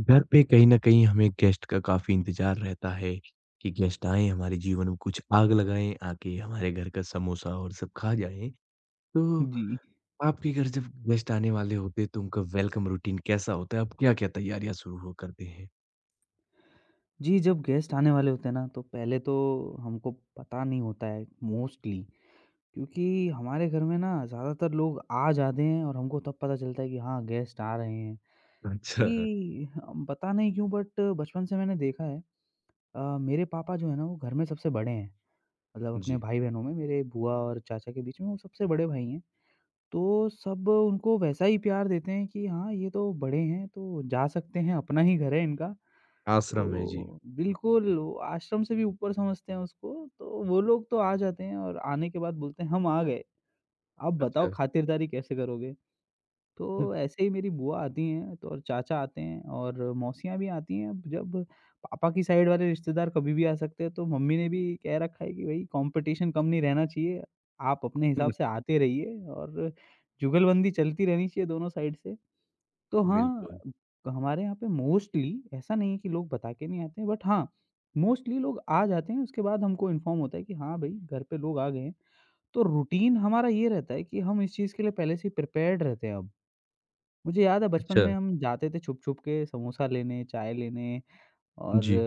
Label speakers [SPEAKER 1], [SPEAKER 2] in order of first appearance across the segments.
[SPEAKER 1] घर पे कहीं न कहीं हमें गेस्ट का काफ़ी इंतज़ार रहता है कि गेस्ट आएँ, हमारे जीवन में कुछ आग लगाएँ, आके हमारे घर का समोसा और सब खा जाएँ। तो
[SPEAKER 2] जी।
[SPEAKER 1] आपके घर जब गेस्ट आने वाले होते हैं, तो उनका वेलकम रूटीन कैसा होता है? आप क्या-क्या तैयारियाँ शुरू हो करते हैं?
[SPEAKER 2] जी, जब गेस्ट आने वाले होते हैं ना, तो पहले तो हमको पता नहीं होता है मोस्टली क्योंकि हमारे घर में ना ज़्यादातर लोग आ जाते हैं और हमको तब पता चलता है कि हाँ, गेस्ट आ रहे हैं।
[SPEAKER 1] अच्छा,
[SPEAKER 2] कि हम पता नहीं क्यों बट बचपन से मैंने देखा है मेरे पापा जो है ना वो घर में सबसे बड़े हैं। मतलब अपने
[SPEAKER 1] जी।
[SPEAKER 2] भाई-बहनों में मेरे बुआ और चाचा के बीच में वो सबसे बड़े भाई हैं। तो सब उनको वैसा ही प्यार देते हैं कि हाँ, ये तो बड़े हैं, तो जा सकते हैं, अपना ही घर है इनका।
[SPEAKER 1] आश्रम है, जी।
[SPEAKER 2] तो बिल्कुल वो आश्रम से भी ऊपर समझते हैं उसको, तो वो लोग तो आ जाते हैं और आने के बाद बोलते हैं, "हम आ गए, अब बताओ
[SPEAKER 1] अच्छा।
[SPEAKER 2] खातिरदारी कैसे करोगे?" तो ऐसे ही मेरी बुआ आती हैं तो और चाचा आते हैं और मौसियाँ भी आती हैं। अब जब पापा की साइड वाले रिश्तेदार कभी भी आ सकते हैं, तो मम्मी ने भी कह रखा है कि भई कॉम्पिटिशन कम नहीं रहना चाहिए, आप अपने हिसाब से आते रहिए और जुगलबंदी चलती रहनी चाहिए दोनों साइड से। तो हाँ,
[SPEAKER 1] बिल्कुल।
[SPEAKER 2] हमारे यहाँ पे मोस्टली ऐसा नहीं है कि लोग बता के नहीं आते हैं बट हाँ, मोस्टली लोग आ जाते हैं उसके बाद हमको इन्फॉर्म होता है कि हाँ भई घर पे लोग आ गए हैं। तो रूटीन हमारा ये रहता है कि हम इस चीज़ के लिए पहले से ही प्रिपेयर्ड रहते हैं अब। मुझे याद है बचपन
[SPEAKER 1] अच्छा,
[SPEAKER 2] में हम जाते थे छुप-छुप के समोसा लेने, चाय लेने और
[SPEAKER 1] जी।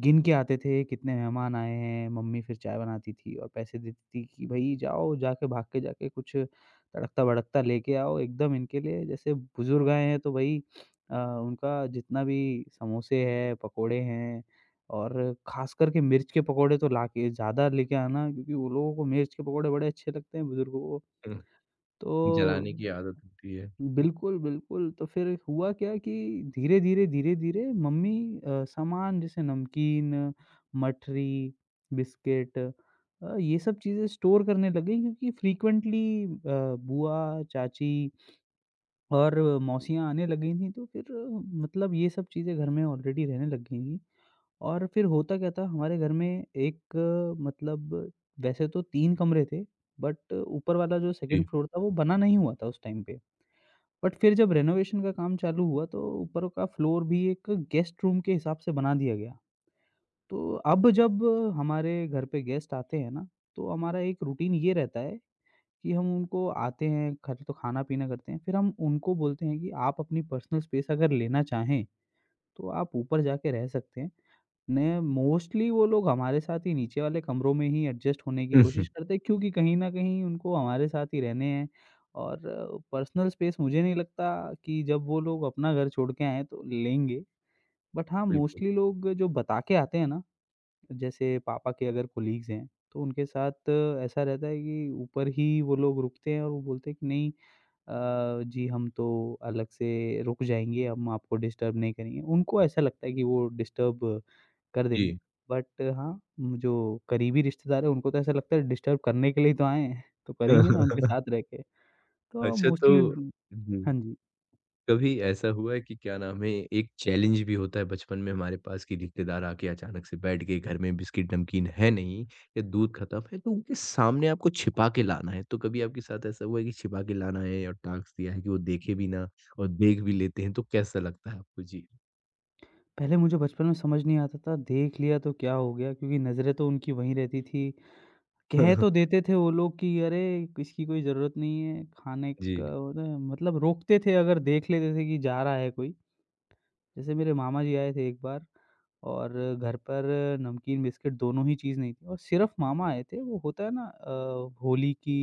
[SPEAKER 2] गिन के आते थे कितने मेहमान आए हैं, मम्मी फिर चाय बनाती थी और पैसे देती थी कि भई जाओ जाके भाग के जाके कुछ तड़कता-भड़कता लेके आओ एकदम इनके लिए जैसे बुज़ुर्ग आए हैं तो भई उनका जितना भी समोसे हैं, पकोड़े हैं और ख़ास करके मिर्च के पकोड़े तो ला के ज़्यादा लेके आना क्योंकि वो लोगों को मिर्च के पकोड़े बड़े अच्छे लगते हैं बुज़ुर्गों को।
[SPEAKER 1] जलाने की
[SPEAKER 2] तो
[SPEAKER 1] आदत होती है।
[SPEAKER 2] बिल्कुल, बिल्कुल। तो फिर हुआ क्या कि धीरे-धीरे, धीरे-धीरे मम्मी सामान जैसे नमकीन, मठरी, बिस्किट ये सब चीज़ें स्टोर करने लग गईं क्योंकि फ्रीक्वेंटली बुआ, चाची और मौसियाँ आने लग गई थीं, तो फिर मतलब ये सब चीज़ें घर में ऑलरेडी रहने लग गई थीं। और फिर होता क्या था हमारे घर में एक मतलब वैसे तो 3 कमरे थे, बट ऊपर वाला जो 2nd
[SPEAKER 1] जी।
[SPEAKER 2] फ्लोर था वो बना नहीं हुआ था उस टाइम पे। बट फिर जब रेनोवेशन का काम चालू हुआ तो ऊपर का फ्लोर भी एक गेस्ट रूम के हिसाब से बना दिया गया। तो अब जब हमारे घर पे गेस्ट आते हैं ना, तो हमारा एक रूटीन ये रहता है कि हम उनको आते हैं, घर तो खाना-पीना करते हैं, फिर हम उनको बोलते हैं कि आप अपनी पर्सनल स्पेस अगर लेना चाहें, तो आप ऊपर जाके रह सकते हैं। नहीं, मोस्टली वो लोग हमारे साथ ही नीचे वाले कमरों में ही एडजस्ट होने की कोशिश करते हैं क्योंकि कहीं न कहीं उनको हमारे साथ ही रहने हैं और पर्सनल स्पेस मुझे नहीं लगता कि जब वो लोग अपना घर छोड़ के आएँ हैं तो लेंगे। बट हाँ,
[SPEAKER 1] बिल्कुल,
[SPEAKER 2] मोस्टली लोग जो बता के आते हैं ना, जैसे पापा के अगर कोलीग्स हैं, तो उनके साथ ऐसा रहता है कि ऊपर ही वो लोग रुकते हैं और वो बोलते हैं कि नहीं जी हम तो अलग से रुक जाएँगे, हम आपको डिस्टर्ब नहीं करेंगे। उनको ऐसा लगता है कि वो डिस्टर्ब कर
[SPEAKER 1] जी।
[SPEAKER 2] देंगे। बट हाँ, जो करीबी रिश्तेदार हैं उनको तो ऐसा लगता है डिस्टर्ब करने के लिए ही तो आए हैं, तो करेंगे ना उनके साथ रह के। तो
[SPEAKER 1] अच्छा तो
[SPEAKER 2] मोस्टली
[SPEAKER 1] जी।
[SPEAKER 2] हाँ जी।
[SPEAKER 1] कभी ऐसा हुआ है कि क्या नाम है एक चैलेंज भी होता है बचपन में हमारे पास कि रिश्तेदार आके अचानक से बैठ गए घर में बिस्किट नमकीन है नहीं या दूध खत्म है तो उनके सामने आपको छिपा के लाना है तो कभी आपके साथ ऐसा हुआ है कि छिपा के लाना है और टास्क दिया है कि वो देखे भी ना और देख भी लेते हैं तो कैसा लगता है आपको जी।
[SPEAKER 2] पहले मुझे बचपन में समझ नहीं आता था, देख लिया तो क्या हो गया क्योंकि नज़रें तो उनकी वहीं रहती थी। कह तो देते थे वो लोग कि अरे इसकी कोई ज़रूरत नहीं है, खाने
[SPEAKER 1] जी।
[SPEAKER 2] का वो तो मतलब रोकते थे अगर देख लेते थे कि जा रहा है कोई। जैसे मेरे मामा जी आए थे एक बार और घर पर नमकीन बिस्किट दोनों ही चीज़ नहीं थी और सिर्फ़ मामा आए थे। वो होता है ना होली की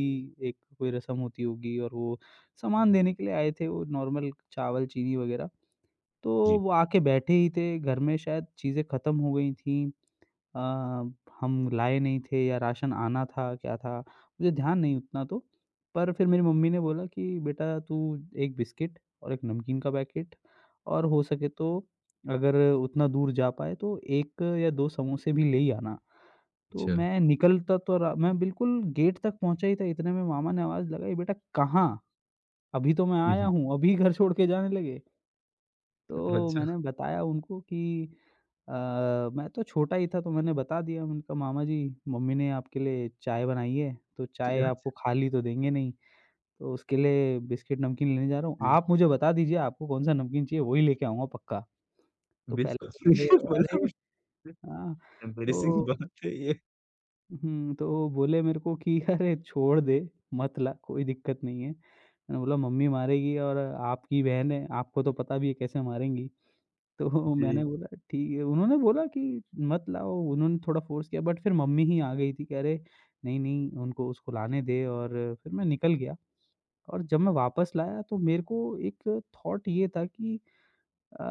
[SPEAKER 2] एक कोई रस्म होती होगी और वो सामान देने के लिए आए थे, वो नॉर्मल चावल, चीनी वग़ैरह। तो
[SPEAKER 1] जी।
[SPEAKER 2] वो आके बैठे ही थे, घर में शायद चीज़ें ख़त्म हो गई थी। अ, हम लाए नहीं थे या राशन आना था, क्या था? मुझे ध्यान नहीं उतना तो। पर फिर मेरी मम्मी ने बोला कि बेटा तू 1 बिस्किट और 1 नमकीन का पैकेट और हो सके तो अगर उतना दूर जा पाए तो 1 या 2 समोसे भी ले ही आना। तो
[SPEAKER 1] अच्छा।
[SPEAKER 2] मैं निकलता तो रा मैं बिल्कुल गेट तक पहुँचा ही था इतने में मामा ने आवाज़ लगाई, "बेटा कहाँ? अभी तो मैं आया
[SPEAKER 1] हम्म,
[SPEAKER 2] हूँ, अभी घर छोड़ के जाने लगे।" तो
[SPEAKER 1] अच्छा।
[SPEAKER 2] मैंने बताया उनको कि अ, मैं तो छोटा ही था तो मैंने बता दिया उनका मामा जी मम्मी ने आपके लिए चाय बनाई है तो चाय
[SPEAKER 1] अच्छा।
[SPEAKER 2] आपको खाली तो देंगे नहीं तो उसके लिए बिस्किट नमकीन लेने जा रहा हूँ
[SPEAKER 1] जी,
[SPEAKER 2] आप मुझे बता दीजिए आपको कौन सा नमकीन चाहिए वही लेके आऊँगा पक्का तो पहले
[SPEAKER 1] बिल्कुल।
[SPEAKER 2] बोले, अरे
[SPEAKER 1] मतलब
[SPEAKER 2] हाँ
[SPEAKER 1] एम्बैरेसिंग
[SPEAKER 2] तो
[SPEAKER 1] बात है ये।
[SPEAKER 2] तो वो बोले मेरे को कि अरे छोड़ दे मत ला कोई दिक्कत नहीं है मैंने बोला मम्मी मारेगी और आपकी बहन है आपको तो पता भी है कैसे मारेंगी तो मैंने
[SPEAKER 1] जी।
[SPEAKER 2] बोला ठीक है, उन्होंने बोला कि मत लाओ, उन्होंने थोड़ा फ़ोर्स किया बट फिर मम्मी ही आ गई थी कि अरे! नहीं, नहीं उनको उसको लाने दे और फिर मैं निकल गया और जब मैं वापस लाया तो मेरे को एक थॉट ये था कि अ,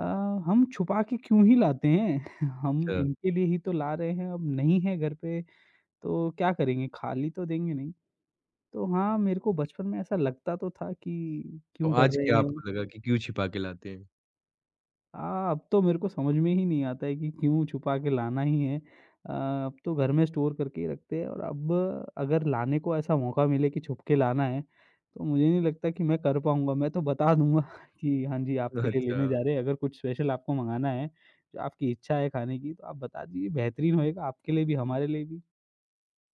[SPEAKER 2] हम छुपा के क्यों ही लाते हैं? हम
[SPEAKER 1] अच्छा
[SPEAKER 2] इनके लिए ही तो ला रहे हैं, अब नहीं है घर पे तो क्या करेंगे? खाली तो देंगे नहीं। तो हाँ, मेरे को बचपन में ऐसा लगता तो था कि
[SPEAKER 1] तो
[SPEAKER 2] क्यों कर
[SPEAKER 1] आज
[SPEAKER 2] रहे
[SPEAKER 1] क्या
[SPEAKER 2] हैं?
[SPEAKER 1] आपको लगा कि क्यों छिपा के लाते हैं?
[SPEAKER 2] हाँ, अब तो मेरे को समझ में ही नहीं आता है कि क्यों छुपा के लाना ही है। अब तो घर में स्टोर करके ही रखते हैं और अब अगर लाने को ऐसा मौका मिले कि छुप के लाना है, तो मुझे नहीं लगता कि मैं कर पाऊँगा। मैं तो बता दूँगा कि हाँ जी, आपके लिए
[SPEAKER 1] अच्छा।
[SPEAKER 2] लेने जा रहे हैं, अगर कुछ स्पेशल आपको मँगाना है, जो आपकी इच्छा है खाने की, तो आप बता दीजिए, बेहतरीन होएगा आपके लिए भी, हमारे लिए भी।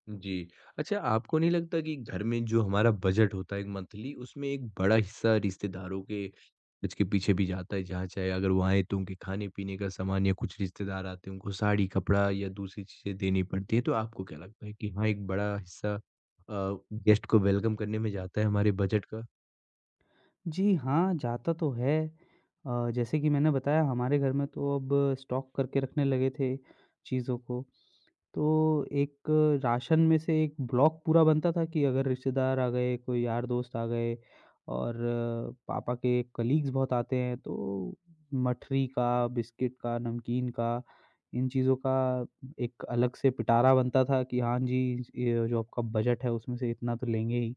[SPEAKER 1] जी। अच्छा आपको नहीं लगता कि घर में जो हमारा बजट होता है एक मंथली उसमें एक बड़ा हिस्सा रिश्तेदारों के खर्च के पीछे भी जाता है जहाँ चाहे अगर वो आए तो उनके खाने-पीने का सामान या कुछ रिश्तेदार आते हैं उनको साड़ी, कपड़ा या दूसरी चीज़ें देनी पड़ती है। तो आपको क्या लगता है कि हाँ, एक बड़ा हिस्सा अ, गेस्ट को वेलकम करने में जाता है हमारे बजट का?
[SPEAKER 2] जी हाँ, जाता तो है। जैसे कि मैंने बताया हमारे घर में तो अब स्टॉक करके रखने लगे थे चीज़ों को। तो एक राशन में से एक ब्लॉक पूरा बनता था कि अगर रिश्तेदार आ गए, कोई यार दोस्त आ गए और पापा के कलीग्स बहुत आते हैं तो मठरी का, बिस्किट का, नमकीन का, इन चीज़ों का एक अलग से पिटारा बनता था कि हाँ जी, ये जो आपका बजट है उसमें से इतना तो लेंगे ही।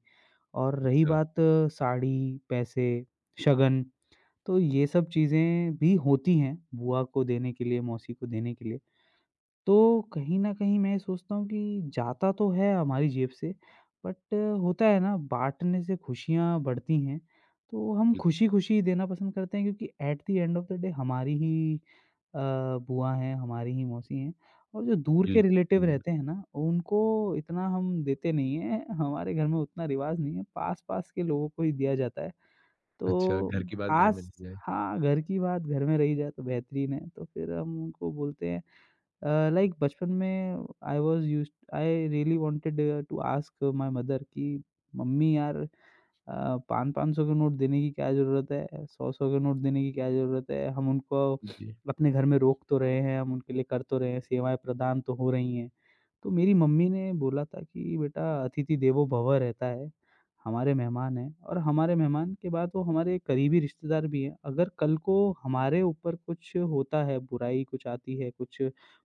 [SPEAKER 2] और रही
[SPEAKER 1] अच्छा।
[SPEAKER 2] बात साड़ी, पैसे, शगन, तो ये सब चीज़ें भी होती हैं बुआ को देने के लिए, मौसी को देने के लिए। तो कहीं न कहीं मैं सोचता हूँ कि जाता तो है हमारी जेब से, बट होता है ना बाँटने से खुशियाँ बढ़ती हैं, तो हम
[SPEAKER 1] बिल्कुल,
[SPEAKER 2] खुशी-खुशी देना पसंद करते हैं क्योंकि at the end of the day हमारी ही अ, बुआ हैं, हमारी ही मौसी हैं और जो दूर के रिलेटिव
[SPEAKER 1] बिल्कुल।
[SPEAKER 2] रहते हैं ना, उनको इतना हम देते नहीं हैं, हमारे घर में उतना रिवाज़ नहीं है, पास-पास के लोगों को ही दिया जाता है।
[SPEAKER 1] अच्छा
[SPEAKER 2] तो
[SPEAKER 1] घर की बात घर में रह
[SPEAKER 2] आस
[SPEAKER 1] जाए।
[SPEAKER 2] हाँ, घर की बात घर में रही जाए तो बेहतरीन है, तो फिर हम उनको बोलते हैं अ, लाइक बचपन में I was used I really wanted to ask my mother कि मम्मी यार 5-5 सौ के नोट देने की क्या ज़रूरत है? 100-100 के नोट देने की क्या ज़रूरत है? हम उनको
[SPEAKER 1] जी,
[SPEAKER 2] अपने घर में रोक तो रहे हैं, हम उनके लिए कर तो रहे हैं, सेवाएँ प्रदान तो हो रही हैं। तो मेरी मम्मी ने बोला था कि बेटा अतिथि देवो भव रहता है। हमारे मेहमान हैं और हमारे मेहमान के बाद वो हमारे करीबी रिश्तेदार भी हैं। अगर कल को हमारे ऊपर कुछ होता है, बुराई कुछ आती है, कुछ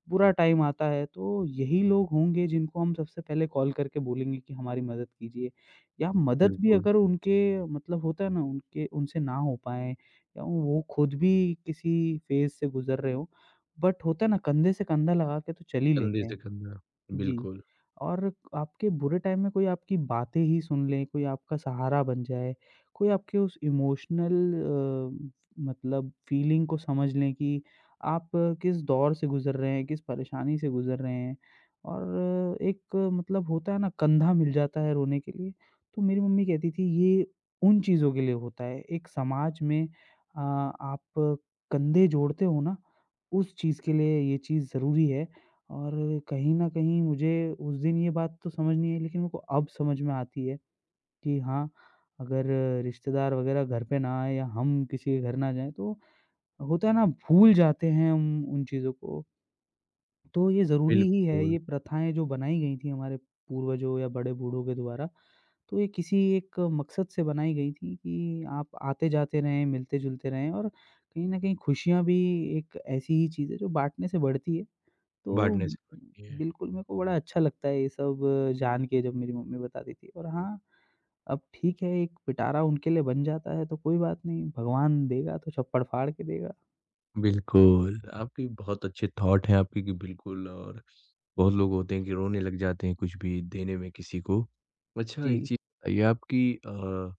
[SPEAKER 2] बुरा टाइम आता है, तो यही लोग होंगे जिनको हम सबसे पहले कॉल करके बोलेंगे कि हमारी मदद कीजिए। या मदद भी
[SPEAKER 1] बिल्कुल।
[SPEAKER 2] अगर उनके मतलब, होता है ना उनके उनसे ना हो पाए या वो खुद भी किसी फ़ेज़ से गुज़र रहे हों, बट होता है ना, कंधे से कंधा लगा के तो चल ही
[SPEAKER 1] कंधे
[SPEAKER 2] लेते
[SPEAKER 1] से
[SPEAKER 2] हैं।
[SPEAKER 1] कंधा।
[SPEAKER 2] जी।
[SPEAKER 1] बिल्कुल,
[SPEAKER 2] और आपके बुरे टाइम में कोई आपकी बातें ही सुन ले, कोई आपका सहारा बन जाए, कोई आपके उस इमोशनल मतलब फीलिंग को समझ लें कि आप किस दौर से गुज़र रहे हैं, किस परेशानी से गुज़र रहे हैं। और एक मतलब, होता है ना, कंधा मिल जाता है रोने के लिए, तो मेरी मम्मी कहती थी ये उन चीज़ों के लिए होता है। एक समाज में आप कंधे जोड़ते हो ना, उस चीज़ के लिए ये चीज़ ज़रूरी है। और कहीं न कहीं मुझे उस दिन ये बात तो समझ नहीं आई, लेकिन मेरे को अब समझ में आती है कि हाँ, अगर रिश्तेदार वग़ैरह घर पे ना आएँ या हम किसी के घर ना जाएँ, तो होता है ना, भूल जाते हैं हम उन चीज़ों को। तो ये ज़रूरी ही है,
[SPEAKER 1] बिल्कुल।
[SPEAKER 2] ये प्रथाएँ जो बनाई गई थी हमारे पूर्वजों या बड़े-बूढ़ों के द्वारा, तो ये किसी एक मकसद से बनाई गई थी कि आप आते-जाते रहें, मिलते-जुलते रहें, और कहीं न कहीं खुशियाँ भी एक ऐसी ही चीज़ है जो बाँटने से बढ़ती है। तो
[SPEAKER 1] बाँटने से बढ़ती है।
[SPEAKER 2] बिल्कुल, मेरे को बड़ा अच्छा लगता है ये सब जान के जब मेरी मम्मी बताती थी। और हाँ, अब ठीक है, एक पिटारा उनके लिए बन जाता है तो कोई बात नहीं, भगवान देगा तो चप्पड़ फाड़ के देगा।
[SPEAKER 1] बिल्कुल, आपके बहुत अच्छे थॉट हैं आपके कि बिल्कुल। और बहुत लोग होते हैं कि रोने लग जाते हैं कुछ भी देने में किसी को। अच्छा एक
[SPEAKER 2] जी,
[SPEAKER 1] चीज़ बताइए आपकी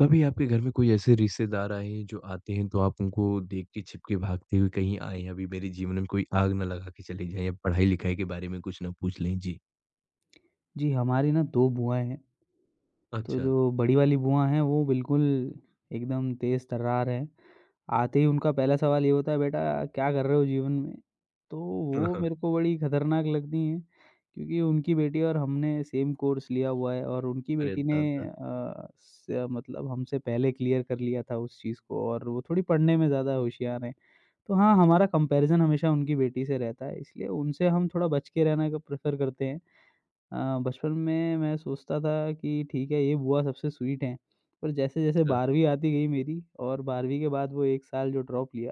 [SPEAKER 1] कभी आपके घर में कोई ऐसे रिश्तेदार आए हैं जो आते हैं तो आप उनको देख के छिप के भागते हुए कहीं आए हैं, अभी मेरे जीवन में कोई आग ना लगा के चले जाएँ या पढ़ाई-लिखाई के बारे में कुछ ना पूछ लें? जी।
[SPEAKER 2] जी, हमारी ना 2 बुआएँ हैं, तो
[SPEAKER 1] अच्छा।
[SPEAKER 2] जो बड़ी वाली बुआ हैं वो बिल्कुल एकदम तेज़ तर्रार हैं। आते ही उनका पहला सवाल ये होता है, बेटा क्या कर रहे हो जीवन में? तो वो मेरे को बड़ी खतरनाक लगती हैं, क्योंकि उनकी बेटी और हमने सेम कोर्स लिया हुआ है और उनकी
[SPEAKER 1] अरे
[SPEAKER 2] बेटी ने
[SPEAKER 1] दादा!
[SPEAKER 2] अ, स मतलब हमसे पहले क्लियर कर लिया था उस चीज़ को, और वो थोड़ी पढ़ने में ज़्यादा होशियार हैं। तो हाँ, हमारा कंपैरिज़न हमेशा उनकी बेटी से रहता है, इसलिए उनसे हम थोड़ा बच के रहना का प्रेफ़र करते हैं। बचपन में मैं सोचता था कि ठीक है, ये बुआ सबसे स्वीट हैं, पर जैसे-जैसे
[SPEAKER 1] अच्छा।
[SPEAKER 2] 12वीं आती गई मेरी और 12वीं के बाद वो 1 साल जो ड्रॉप लिया,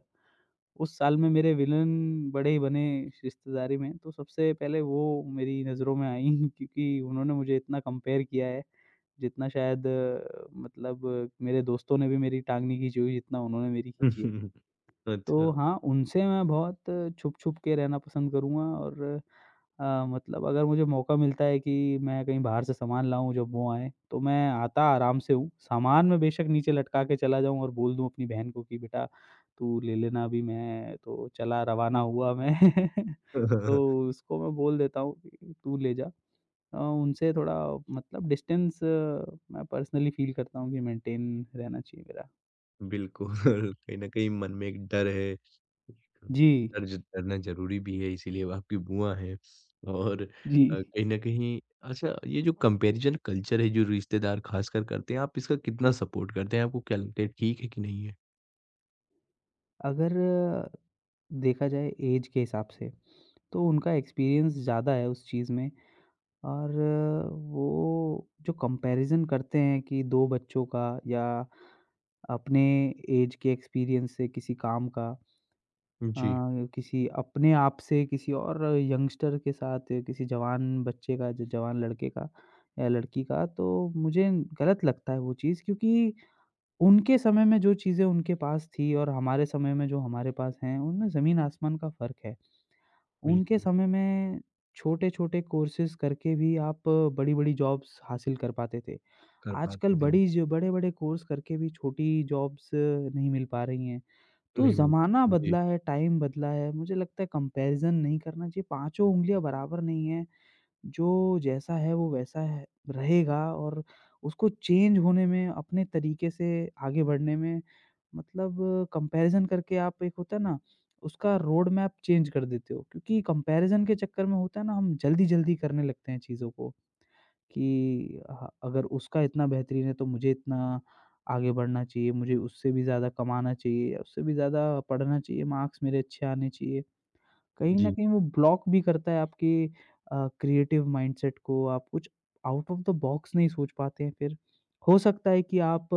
[SPEAKER 2] उस साल में मेरे विलन बड़े ही बने रिश्तेदारी में, तो सबसे पहले वो मेरी नज़रों में आईं। क्योंकि उन्होंने मुझे इतना कंपेयर किया है, जितना शायद मतलब मेरे दोस्तों ने भी मेरी टाँग नहीं खींची हुई जितना उन्होंने मेरी खींची है। तो
[SPEAKER 1] अच्छा।
[SPEAKER 2] हाँ, उनसे मैं बहुत छुप-छुप के रहना पसंद करूँगा। और मतलब अगर मुझे मौका मिलता है कि मैं कहीं बाहर से सामान लाऊँ जब वो आएँ, तो मैं आता आराम से हूँ। सामान मैं बेशक नीचे लटका के चला जाऊँ और बोल दूँ अपनी बहन को कि बेटा तू ले लेना, अभी मैं तो चला, रवाना हुआ मैं। तो उसको मैं बोल देता हूँ कि तू ले जा। उनसे थोड़ा मतलब डिस्टेंस मैं पर्सनली फ़ील करता हूँ कि मेंटेन रहना चाहिए मेरा।
[SPEAKER 1] बिल्कुल। कहीं न कहीं मन में एक डर है।
[SPEAKER 2] जी,
[SPEAKER 1] कर्ज करना ज़रूरी भी है, इसीलिए वो आपकी बुआ हैं और अ,
[SPEAKER 2] जी।
[SPEAKER 1] कहीं न कहीं अच्छा ये जो कंपैरिज़न कल्चर है, जो रिश्तेदार ख़ासकर करते हैं, आप इसका कितना सपोर्ट करते हैं? आपको क्या लगता है ठीक है कि नहीं है?
[SPEAKER 2] अगर देखा जाए ऐज के हिसाब से, तो उनका एक्सपीरियंस ज़्यादा है उस चीज़ में, और वो जो कंपैरिज़न करते हैं कि 2 बच्चों का या अपने ऐज के एक्सपीरियंस से किसी काम का, अ,
[SPEAKER 1] जी,
[SPEAKER 2] किसी अपने आप से, किसी और यंगस्टर के साथ या किसी जवान बच्चे का, जो जवान लड़के का या लड़की का, तो मुझे गलत लगता है वो चीज़, क्योंकि उनके समय में जो चीज़ें उनके पास थी और हमारे समय में जो हमारे पास हैं, उनमें ज़मीन आसमान का फ़र्क है। उनके
[SPEAKER 1] बिल्कुल,
[SPEAKER 2] समय में छोटे-छोटे कोर्सेज़ करके भी आप बड़ी-बड़ी जॉब्स हासिल कर पाते थे।
[SPEAKER 1] कर पाते
[SPEAKER 2] आजकल
[SPEAKER 1] थे।
[SPEAKER 2] बड़ी, जो बड़े-बड़े कोर्स करके भी छोटी जॉब्स नहीं मिल पा रही हैं। तो
[SPEAKER 1] नहीं मिल
[SPEAKER 2] ज़माना
[SPEAKER 1] पाए, जी,
[SPEAKER 2] बदला है, टाइम बदला है। मुझे लगता है कंपैरिज़न नहीं करना चाहिए। पाँचों उँगलियाँ बराबर नहीं हैं। जो जैसा है वो वैसा है रहेगा, और उसको चेंज होने में, अपने तरीके से आगे बढ़ने में मतलब कंपैरिज़न करके आप, एक होता है ना, उसका रोड मैप चेंज कर देते हो। क्योंकि कंपैरिज़न के चक्कर में, होता है ना, हम जल्दी-जल्दी करने लगते हैं चीज़ों को कि अगर उसका इतना बेहतरीन है, तो मुझे इतना आगे बढ़ना चाहिए, मुझे उससे भी ज़्यादा कमाना चाहिए, उससे भी ज़्यादा पढ़ना चाहिए, मार्क्स मेरे अच्छे आने चाहिए। कहीं न
[SPEAKER 1] जी,
[SPEAKER 2] कहीं वो ब्लॉक भी करता है आपके क्रिएटिव माइंडसेट को, आप कुछ आउट ऑफ द बॉक्स नहीं सोच पाते हैं फिर। हो सकता है कि आप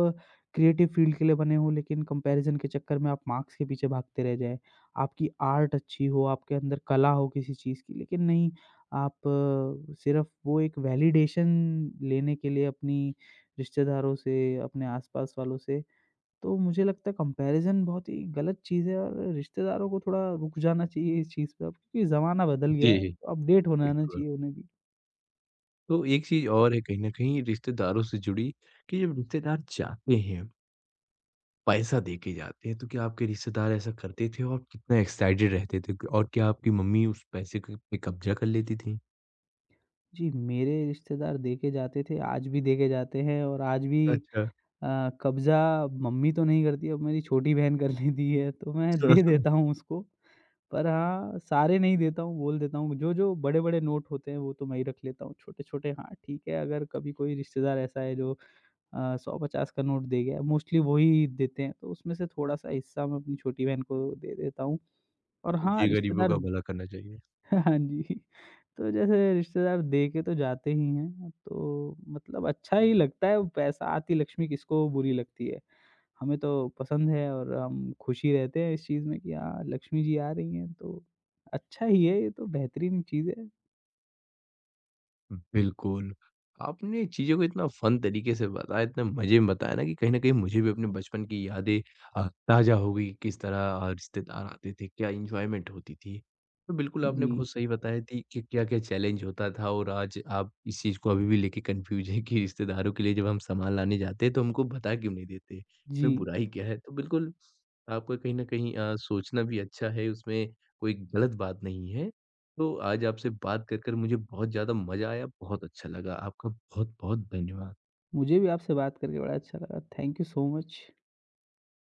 [SPEAKER 2] क्रिएटिव फील्ड के लिए बने हो, लेकिन कंपैरिज़न के चक्कर में आप मार्क्स के पीछे भागते रह जाएँ। आपकी आर्ट अच्छी हो, आपके अंदर कला हो किसी चीज़ की, लेकिन नहीं, आप सिर्फ़ वो एक वैलिडेशन लेने के लिए अपनी रिश्तेदारों से, अपने आस-पास वालों से। तो मुझे लगता है कंपैरिज़न बहुत ही गलत चीज़ है, और रिश्तेदारों को थोड़ा रुक जाना चाहिए इस चीज़ पे अब, क्योंकि ज़माना बदल गया
[SPEAKER 1] जी,
[SPEAKER 2] है, तो अपडेट हो जाना
[SPEAKER 1] बिल्कुल।
[SPEAKER 2] चाहिए उन्हें भी।
[SPEAKER 1] तो एक चीज़ और है कहीं न कहीं रिश्तेदारों से जुड़ी कि जब रिश्तेदार जाते हैं पैसा देके जाते हैं, तो क्या आपके रिश्तेदार ऐसा करते थे और कितना एक्साइटेड रहते थे? और क्या आपकी मम्मी उस पैसे क पे कब्ज़ा कर लेती थीं?
[SPEAKER 2] जी, मेरे रिश्तेदार देखे जाते थे, आज भी देखे जाते हैं और आज भी
[SPEAKER 1] अच्छा।
[SPEAKER 2] कब्ज़ा मम्मी तो नहीं करती, अब मेरी छोटी बहन कर लेती है, तो मैं दे देता हूँ उसको। पर हाँ, सारे नहीं देता हूँ, बोल देता हूँ जो-जो बड़े-बड़े नोट होते हैं, वो तो मैं ही रख लेता हूँ, छोटे-छोटे हाँ, ठीक है, अगर कभी कोई रिश्तेदार ऐसा है जो 100-50 का नोट दे गया, मोस्टली वो ही देते हैं, तो उसमें से थोड़ा-सा हिस्सा मैं अपनी छोटी बहन को दे देता हूँ। और हाँ,
[SPEAKER 1] जी, गरीबों
[SPEAKER 2] रिश्तेदार
[SPEAKER 1] का भला करना चाहिए।
[SPEAKER 2] हाँ जी, तो जैसे रिश्तेदार दे के तो जाते ही हैं, तो मतलब अच्छा ही लगता है, पैसा, आती लक्ष्मी किसको बुरी लगती है। हमें तो पसंद है और हम खुश ही रहते हैं इस चीज़ में कि हाँ, लक्ष्मी जी आ रही हैं, तो अच्छा ही है, ये तो बेहतरीन चीज़ है।
[SPEAKER 1] बिल्कुल। आपने चीज़ों को इतना फ़न तरीके से बताया, इतने मज़े में बताया ना कि कहीं न कहीं मुझे भी अपने बचपन की यादें ताज़ा हो गई, किस तरह रिश्तेदार आते थे, क्या एन्जॉयमेंट होती थी। तो बिल्कुल आपने
[SPEAKER 2] जी,
[SPEAKER 1] बहुत सही बताया थी कि क्या-क्या चैलेंज होता था और आज आप इस चीज़ को अभी भी लेके कन्फ्यूज़ हैं कि रिश्तेदारों के लिए जब हम सामान लाने जाते हैं तो हमको बता क्यों नहीं देते, इसमें
[SPEAKER 2] जी,
[SPEAKER 1] बुराई क्या है? तो बिल्कुल आपको कहीं न कहीं सोचना भी अच्छा है, उसमें कोई गलत बात नहीं है। तो आज आपसे बात कर कर मुझे बहुत ज़्यादा मज़ा आया, बहुत अच्छा लगा। आपका बहुत-बहुत धन्यवाद।
[SPEAKER 2] मुझे भी आपसे बात करके बड़ा अच्छा लगा। Thank you so much.